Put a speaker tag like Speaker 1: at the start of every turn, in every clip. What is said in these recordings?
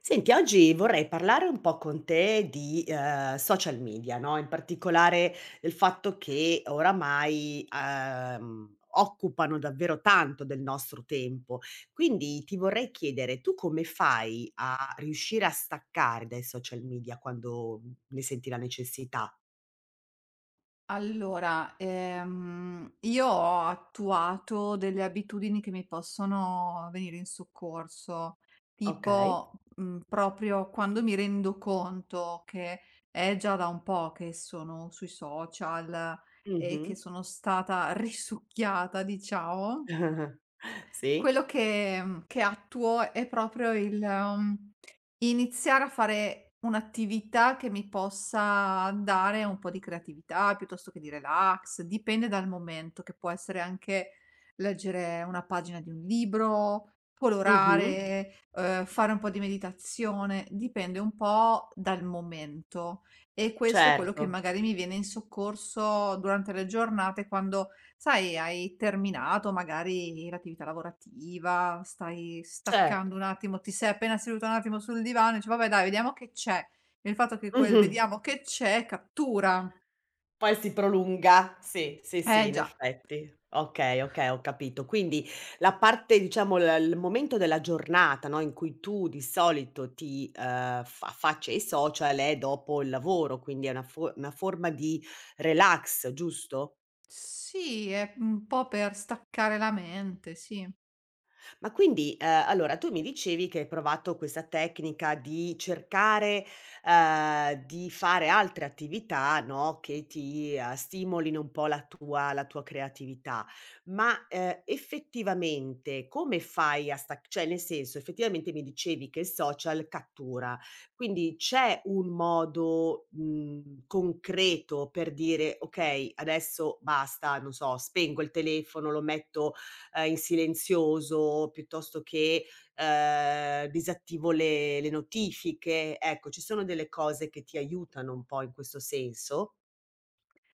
Speaker 1: Senti, oggi vorrei parlare un po' con te di, social media, no, in particolare del fatto che oramai, occupano davvero tanto del nostro tempo. Quindi ti vorrei chiedere: tu come fai a riuscire a staccare dai social media quando ne senti la necessità?
Speaker 2: Io ho attuato delle abitudini che mi possono venire in soccorso,
Speaker 1: Okay.
Speaker 2: tipo, proprio quando mi rendo conto che è già da un po' che sono sui social e che
Speaker 1: Mh-mh.
Speaker 2: sono stata risucchiata, diciamo
Speaker 1: Sì.
Speaker 2: quello che che attuo è proprio il, iniziare a fare un'attività che mi possa dare un po' di creatività, piuttosto che di relax, dipende dal momento, che può essere anche leggere una pagina di un libro,
Speaker 1: Mh-mh.
Speaker 2: colorare, fare un po' di meditazione, dipende un po' dal momento. E questo è quello
Speaker 1: Certo,
Speaker 2: che magari mi viene in soccorso durante le giornate quando sai, hai terminato magari l'attività lavorativa, stai
Speaker 1: cer
Speaker 2: staccando un attimo, ti sei appena seduta un attimo sul divano e dici: "Vabbè dai, vediamo che c'è". Il fatto che quel "vediamo che c'è" cattura.
Speaker 1: Poi si prolunga, sì, sì, sì,
Speaker 2: Eh
Speaker 1: in
Speaker 2: già.
Speaker 1: effetti. Okay, okay, ho capito. Quindi la parte, diciamo, l il momento della giornata, no, in cui tu di solito ti, f affacci ai social è dopo il lavoro, quindi è una fo una forma di relax, giusto?
Speaker 2: Sì, è un po' per staccare la mente, sì.
Speaker 1: Ma quindi, allora tu mi dicevi che hai provato questa tecnica di cercare, di fare altre attività, no, che ti, stimolino un po' la tua creatività, ma, effettivamente come fai a stac cioè, nel senso, effettivamente mi dicevi che il social cattura, quindi c'è un modo, concreto per dire: "Okay, adesso basta", non so, spengo il telefono, lo metto, in silenzioso, piuttosto che, disattivo le notifiche. Ecco, ci sono delle cose che ti aiutano un po' in questo senso?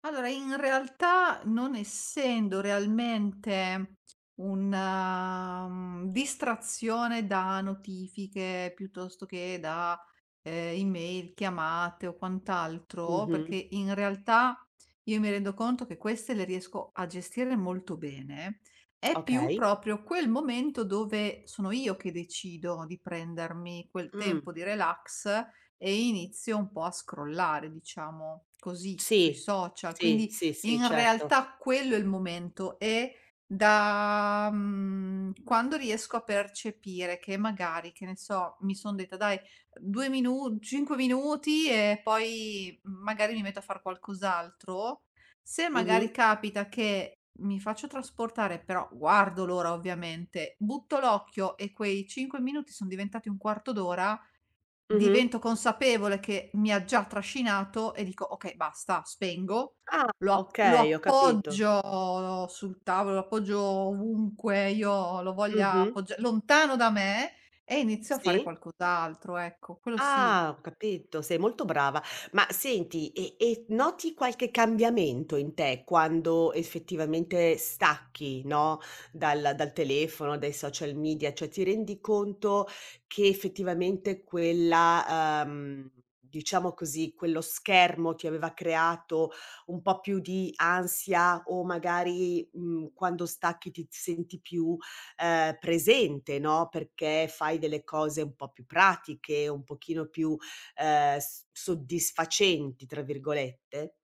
Speaker 2: Allora, in realtà non essendo realmente una, distrazione da notifiche piuttosto che da, email, chiamate o quant'altro,
Speaker 1: Mh-mh.
Speaker 2: perché in realtà io mi rendo conto che queste le riesco a gestire molto bene, è più
Speaker 1: Okay.
Speaker 2: proprio quel momento dove sono io che decido di prendermi quel
Speaker 1: Mh.
Speaker 2: tempo di relax e inizio un po' a scrollare, diciamo così, sui
Speaker 1: Sì,
Speaker 2: social.
Speaker 1: sì,
Speaker 2: Quindi
Speaker 1: sì, sì,
Speaker 2: in
Speaker 1: certo.
Speaker 2: realtà quello è il momento e da, quando riesco a percepire che magari, che ne so, mi son detta: "Dai 2 minu 5 minuti e poi magari mi metto a far qualcos'altro", se
Speaker 1: Mh-mh,
Speaker 2: magari capita che mi faccio trasportare, però guardo l'ora ovviamente, butto l'occhio e quei 5 minuti son diventati un quarto d'ora.
Speaker 1: mh-mh.
Speaker 2: Divento consapevole che mi ha già trascinato e dico: "Okay, basta, spengo."
Speaker 1: Ah,
Speaker 2: Lo
Speaker 1: okay, ho capito.
Speaker 2: appoggio sul tavolo, lo appoggio ovunque io lo voglia
Speaker 1: Mh-mh.
Speaker 2: appoggia lontano da me e inizio a fare
Speaker 1: Sì.
Speaker 2: qualcos'altro, ecco. Quello sì,
Speaker 1: Ah, ho capito, sei molto brava. Ma senti, e noti qualche cambiamento in te quando effettivamente stacchi, no, dal telefono, dai social media? Cioè, ti rendi conto che effettivamente quella, diciamo così, quello schermo ti aveva creato un po' più di ansia, o magari, quando stacchi ti senti più, presente, no, perché fai delle cose un po' più pratiche, un pochino più, s "soddisfacenti" tra virgolette.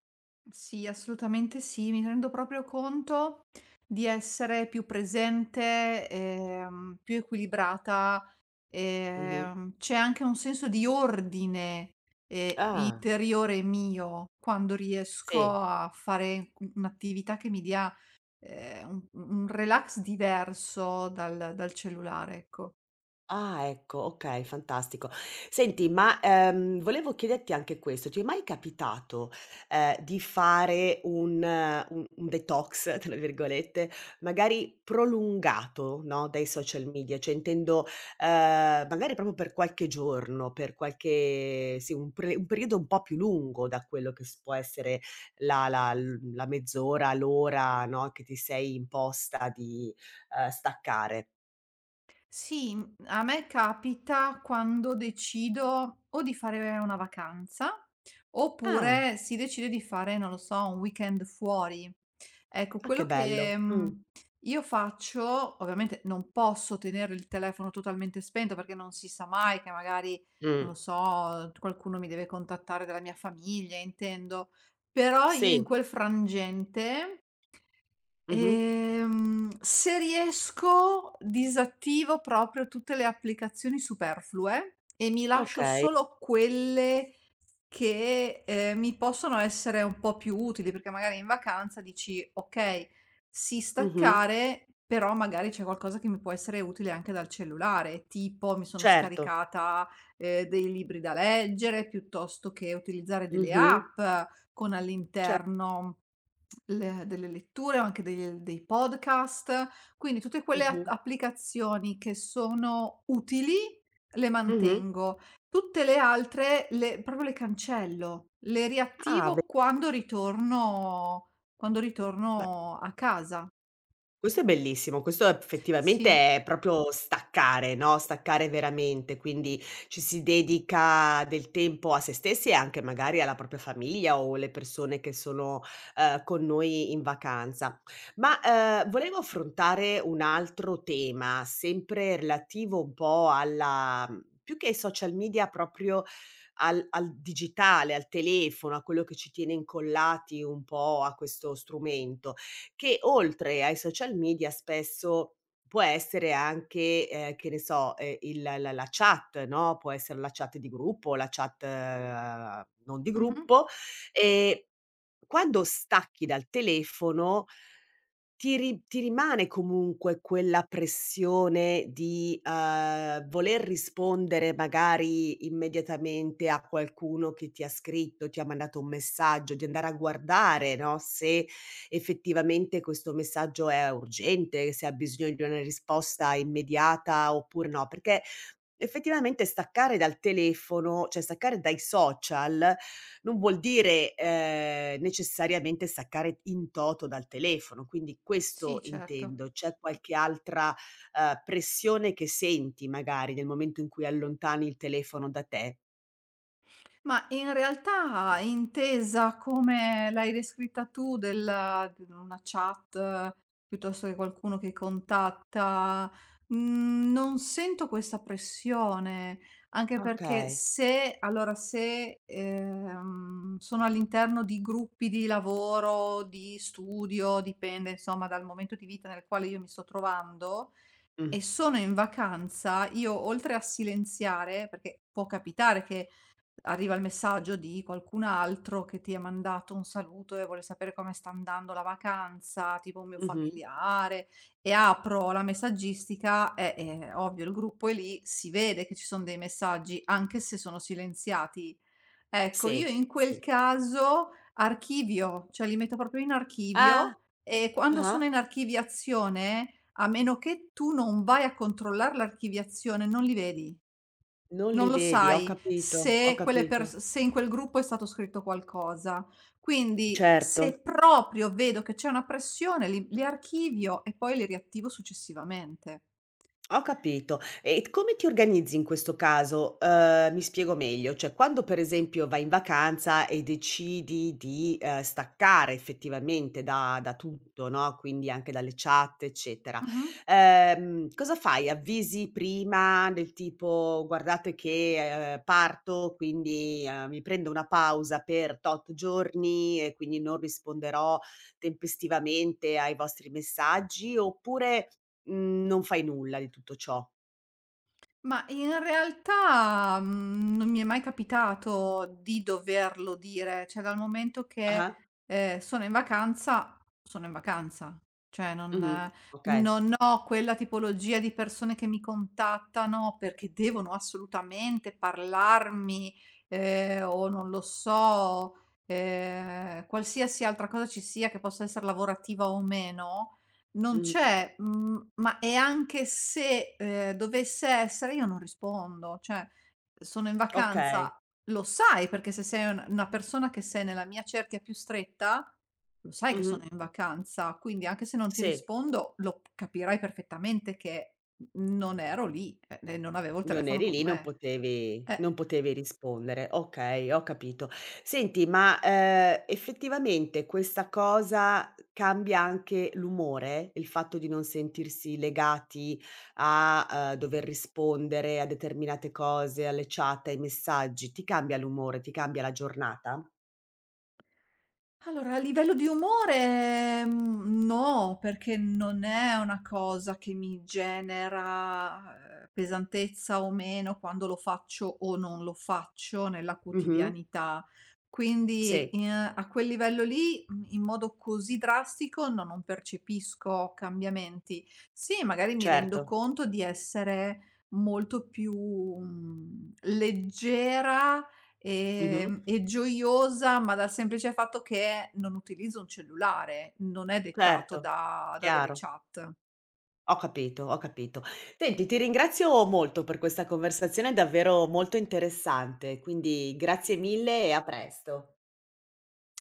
Speaker 2: sì, assolutamente sì. Mi rendo proprio conto di essere più presente, più equilibrata.
Speaker 1: Mh-mh.
Speaker 2: C'è anche un senso di ordine,
Speaker 1: Ah,
Speaker 2: interiore mio quando riesco
Speaker 1: sì.
Speaker 2: a fare u un'attività che mi dia, un relax diverso dal cellulare, ecco.
Speaker 1: Ah, ecco, okay, fantastico. Senti, ma, volevo chiederti anche questo: ti è mai capitato, di fare un "detox" tra virgolette, magari prolungato, no, dai social media? Cioè, intendo, magari proprio per qualche giorno, per qualche, sì, un pre un periodo un po' più lungo da quello che s può essere la la l la mezz'ora, l'ora, no, che ti sei imposta di, staccare.
Speaker 2: Sì, a me capita quando decido o di fare una vacanza,
Speaker 1: Ah.
Speaker 2: oppure si decide di fare, non lo so, un weekend fuori. Ecco,
Speaker 1: Ah, che
Speaker 2: quello che,
Speaker 1: bello. Mh.
Speaker 2: mhmm, io faccio ovviamente non posso tenere il telefono totalmente spento, perché non si sa mai che magari,
Speaker 1: Mh.
Speaker 2: non lo so, qualcuno mi deve contattare della mia famiglia, intendo, però io in
Speaker 1: Sì.
Speaker 2: quel frangente,
Speaker 1: Mh-mh.
Speaker 2: Se riesco disattivo proprio tutte le applicazioni superflue e mi lascio
Speaker 1: Okay.
Speaker 2: solo quelle che, mi possono essere un po' più utili, perché magari in vacanza dici: "Okay, sì
Speaker 1: Mh-mh.
Speaker 2: staccare, però magari c'è qualcosa che mi può essere utile anche dal cellulare", tipo mi sono
Speaker 1: Certo.
Speaker 2: scaricata, dei libri da leggere, piuttosto che utilizzare delle
Speaker 1: Mh-mh.
Speaker 2: app con
Speaker 1: Ce
Speaker 2: all'interno le delle letture o anche dei podcast, quindi tutte quelle a
Speaker 1: mh-mh.
Speaker 2: applicazioni che sono utili le
Speaker 1: Mh-mh.
Speaker 2: mantengo, tutte le altre le proprio le cancello, le
Speaker 1: Ah, ve
Speaker 2: riattivo quando
Speaker 1: beh,
Speaker 2: ritorno a casa.
Speaker 1: questo è bellissimo, questo
Speaker 2: Sì,
Speaker 1: effettivamente è proprio staccare, no, staccare veramente, quindi ci si dedica del tempo a se stessi e anche magari alla propria famiglia o le persone che sono, con noi in vacanza. Ma, volevo affrontare un altro tema, sempre relativo un po' alla, più che ai social media, proprio al digitale, al telefono, a quello che ci tiene incollati un po' a questo strumento, che oltre ai social media spesso può essere anche, che ne so, il la la chat, no, può essere la chat di gruppo, la chat, non di
Speaker 2: mh-mh.
Speaker 1: gruppo, ehm quando stacchi dal telefono ti rimane comunque quella pressione di, voler rispondere magari immediatamente a qualcuno che ti ha scritto, ti ha mandato un messaggio, di andare a guardare, no, se effettivamente questo messaggio è urgente, se ha bisogno di una risposta immediata oppure no, perché effettivamente staccare dal telefono, cioè staccare dai social non vuol dire, necessariamente staccare in toto dal telefono, quindi questo
Speaker 2: Sì, certo.
Speaker 1: intendo. C'è qualche altra, pressione che senti magari nel momento in cui allontani il telefono da te?
Speaker 2: Ma in realtà è intesa come l'hai descritta tu del di una chat, piuttosto che qualcuno che contatta, non sento questa pressione, anche perché
Speaker 1: Okay.
Speaker 2: se allora se, sono all'interno di gruppi di lavoro, di studio, dipende insomma dal momento di vita nel quale io mi sto trovando
Speaker 1: Mh.
Speaker 2: e sono in vacanza, io oltre a silenziare, perché può capitare che arriva il messaggio di qualcun altro che ti ha mandato un saluto e vuole sapere come sta andando la vacanza, tipo un mio
Speaker 1: Mh-mh.
Speaker 2: familiare, e apro la messaggistica e, ovvio, il gruppo è lì, si vede che ci sono dei messaggi, anche se sono silenziati. Ecco, io
Speaker 1: Sì,
Speaker 2: in
Speaker 1: sì.
Speaker 2: quel caso archivio, cioè li metto proprio in
Speaker 1: Ah.
Speaker 2: archivio e quando sono in
Speaker 1: Ah-ah.
Speaker 2: archiviazione, a meno che tu non vai a controllare l'archiviazione, non li vedi.
Speaker 1: Non
Speaker 2: Non
Speaker 1: li
Speaker 2: lo
Speaker 1: vedi, ho
Speaker 2: sai
Speaker 1: capito, ho
Speaker 2: se quelle
Speaker 1: capito.
Speaker 2: pers se in quel gruppo è stato scritto qualcosa. Quindi
Speaker 1: Certo.
Speaker 2: se proprio vedo che c'è una pressione li archivio e poi li riattivo successivamente.
Speaker 1: Ho capito. E t come ti organizzi in questo caso? Mi spiego meglio, cioè quando per esempio vai in vacanza e decidi di, staccare effettivamente da tutto, no, quindi anche dalle chat eccetera,
Speaker 2: Mh-mh.
Speaker 1: cosa fai? Avvisi prima del tipo: "Guardate che, parto, quindi, mi prendo una pausa per tot giorni e quindi non risponderò tempestivamente ai vostri messaggi." Oppure, non fai nulla di tutto ciò.
Speaker 2: Ma in realtà, non mi è mai capitato di doverlo dire, cioè dal momento che,
Speaker 1: Ah-ah.
Speaker 2: sono in vacanza, sono in vacanza. Cioè non
Speaker 1: Mh-mh.
Speaker 2: eh,
Speaker 1: Okay.
Speaker 2: non ho quella tipologia di persone che mi contattano perché devono assolutamente parlarmi, o non lo so, qualsiasi altra cosa ci sia che possa essere lavorativa o meno, non
Speaker 1: Mh-mh.
Speaker 2: c'è, mhmm, ma e anche se, dovesse essere io non rispondo, cioè sono in
Speaker 1: Okay.
Speaker 2: vacanza, lo sai perché se sei un una persona che sei nella mia cerchia più stretta, lo sai che
Speaker 1: Mh-mh.
Speaker 2: sono in vacanza, quindi anche se non ti
Speaker 1: Sì,
Speaker 2: rispondo lo p capirai perfettamente che n non ero lì, e non avevo il
Speaker 1: non
Speaker 2: telefono
Speaker 1: eri
Speaker 2: con
Speaker 1: lì, non
Speaker 2: me.
Speaker 1: potevi non
Speaker 2: Eh.
Speaker 1: potevi rispondere. Okay, ho capito. Senti, ma, effettivamente questa cosa cambia anche l'umore? Il fatto di non sentirsi legati a, dover rispondere a determinate cose, alle chat, ai messaggi, ti cambia l'umore, ti cambia la giornata?
Speaker 2: Allora, a livello di umore, no, perché non è una cosa che mi genera, pesantezza o meno quando lo faccio o non lo faccio nella
Speaker 1: Mh-mh.
Speaker 2: quotidianità. Quindi
Speaker 1: Sì,
Speaker 2: in A quel livello lì, in modo così drastico no, non percepisco cambiamenti. Sì, magari mi rendo
Speaker 1: certo.
Speaker 2: conto di essere molto più, leggera.
Speaker 1: Mh-mh.
Speaker 2: E gioiosa, ma dal semplice fatto che non utilizzo un cellulare, non è dettato
Speaker 1: Certo,
Speaker 2: da delle
Speaker 1: chiaro.
Speaker 2: chat.
Speaker 1: Ho capito, ho capito. Senti, ti ringrazio molto per questa conversazione davvero molto interessante, quindi grazie mille e a presto.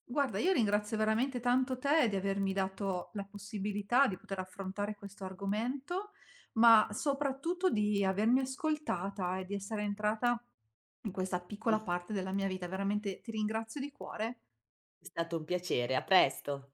Speaker 2: Guarda, io ringrazio veramente tanto te di avermi dato la possibilità di poter affrontare questo argomento, ma soprattutto di avermi ascoltata e di essere entrata in questa piccola parte della mia vita. Veramente ti ringrazio di cuore.
Speaker 1: È stato un piacere, a presto.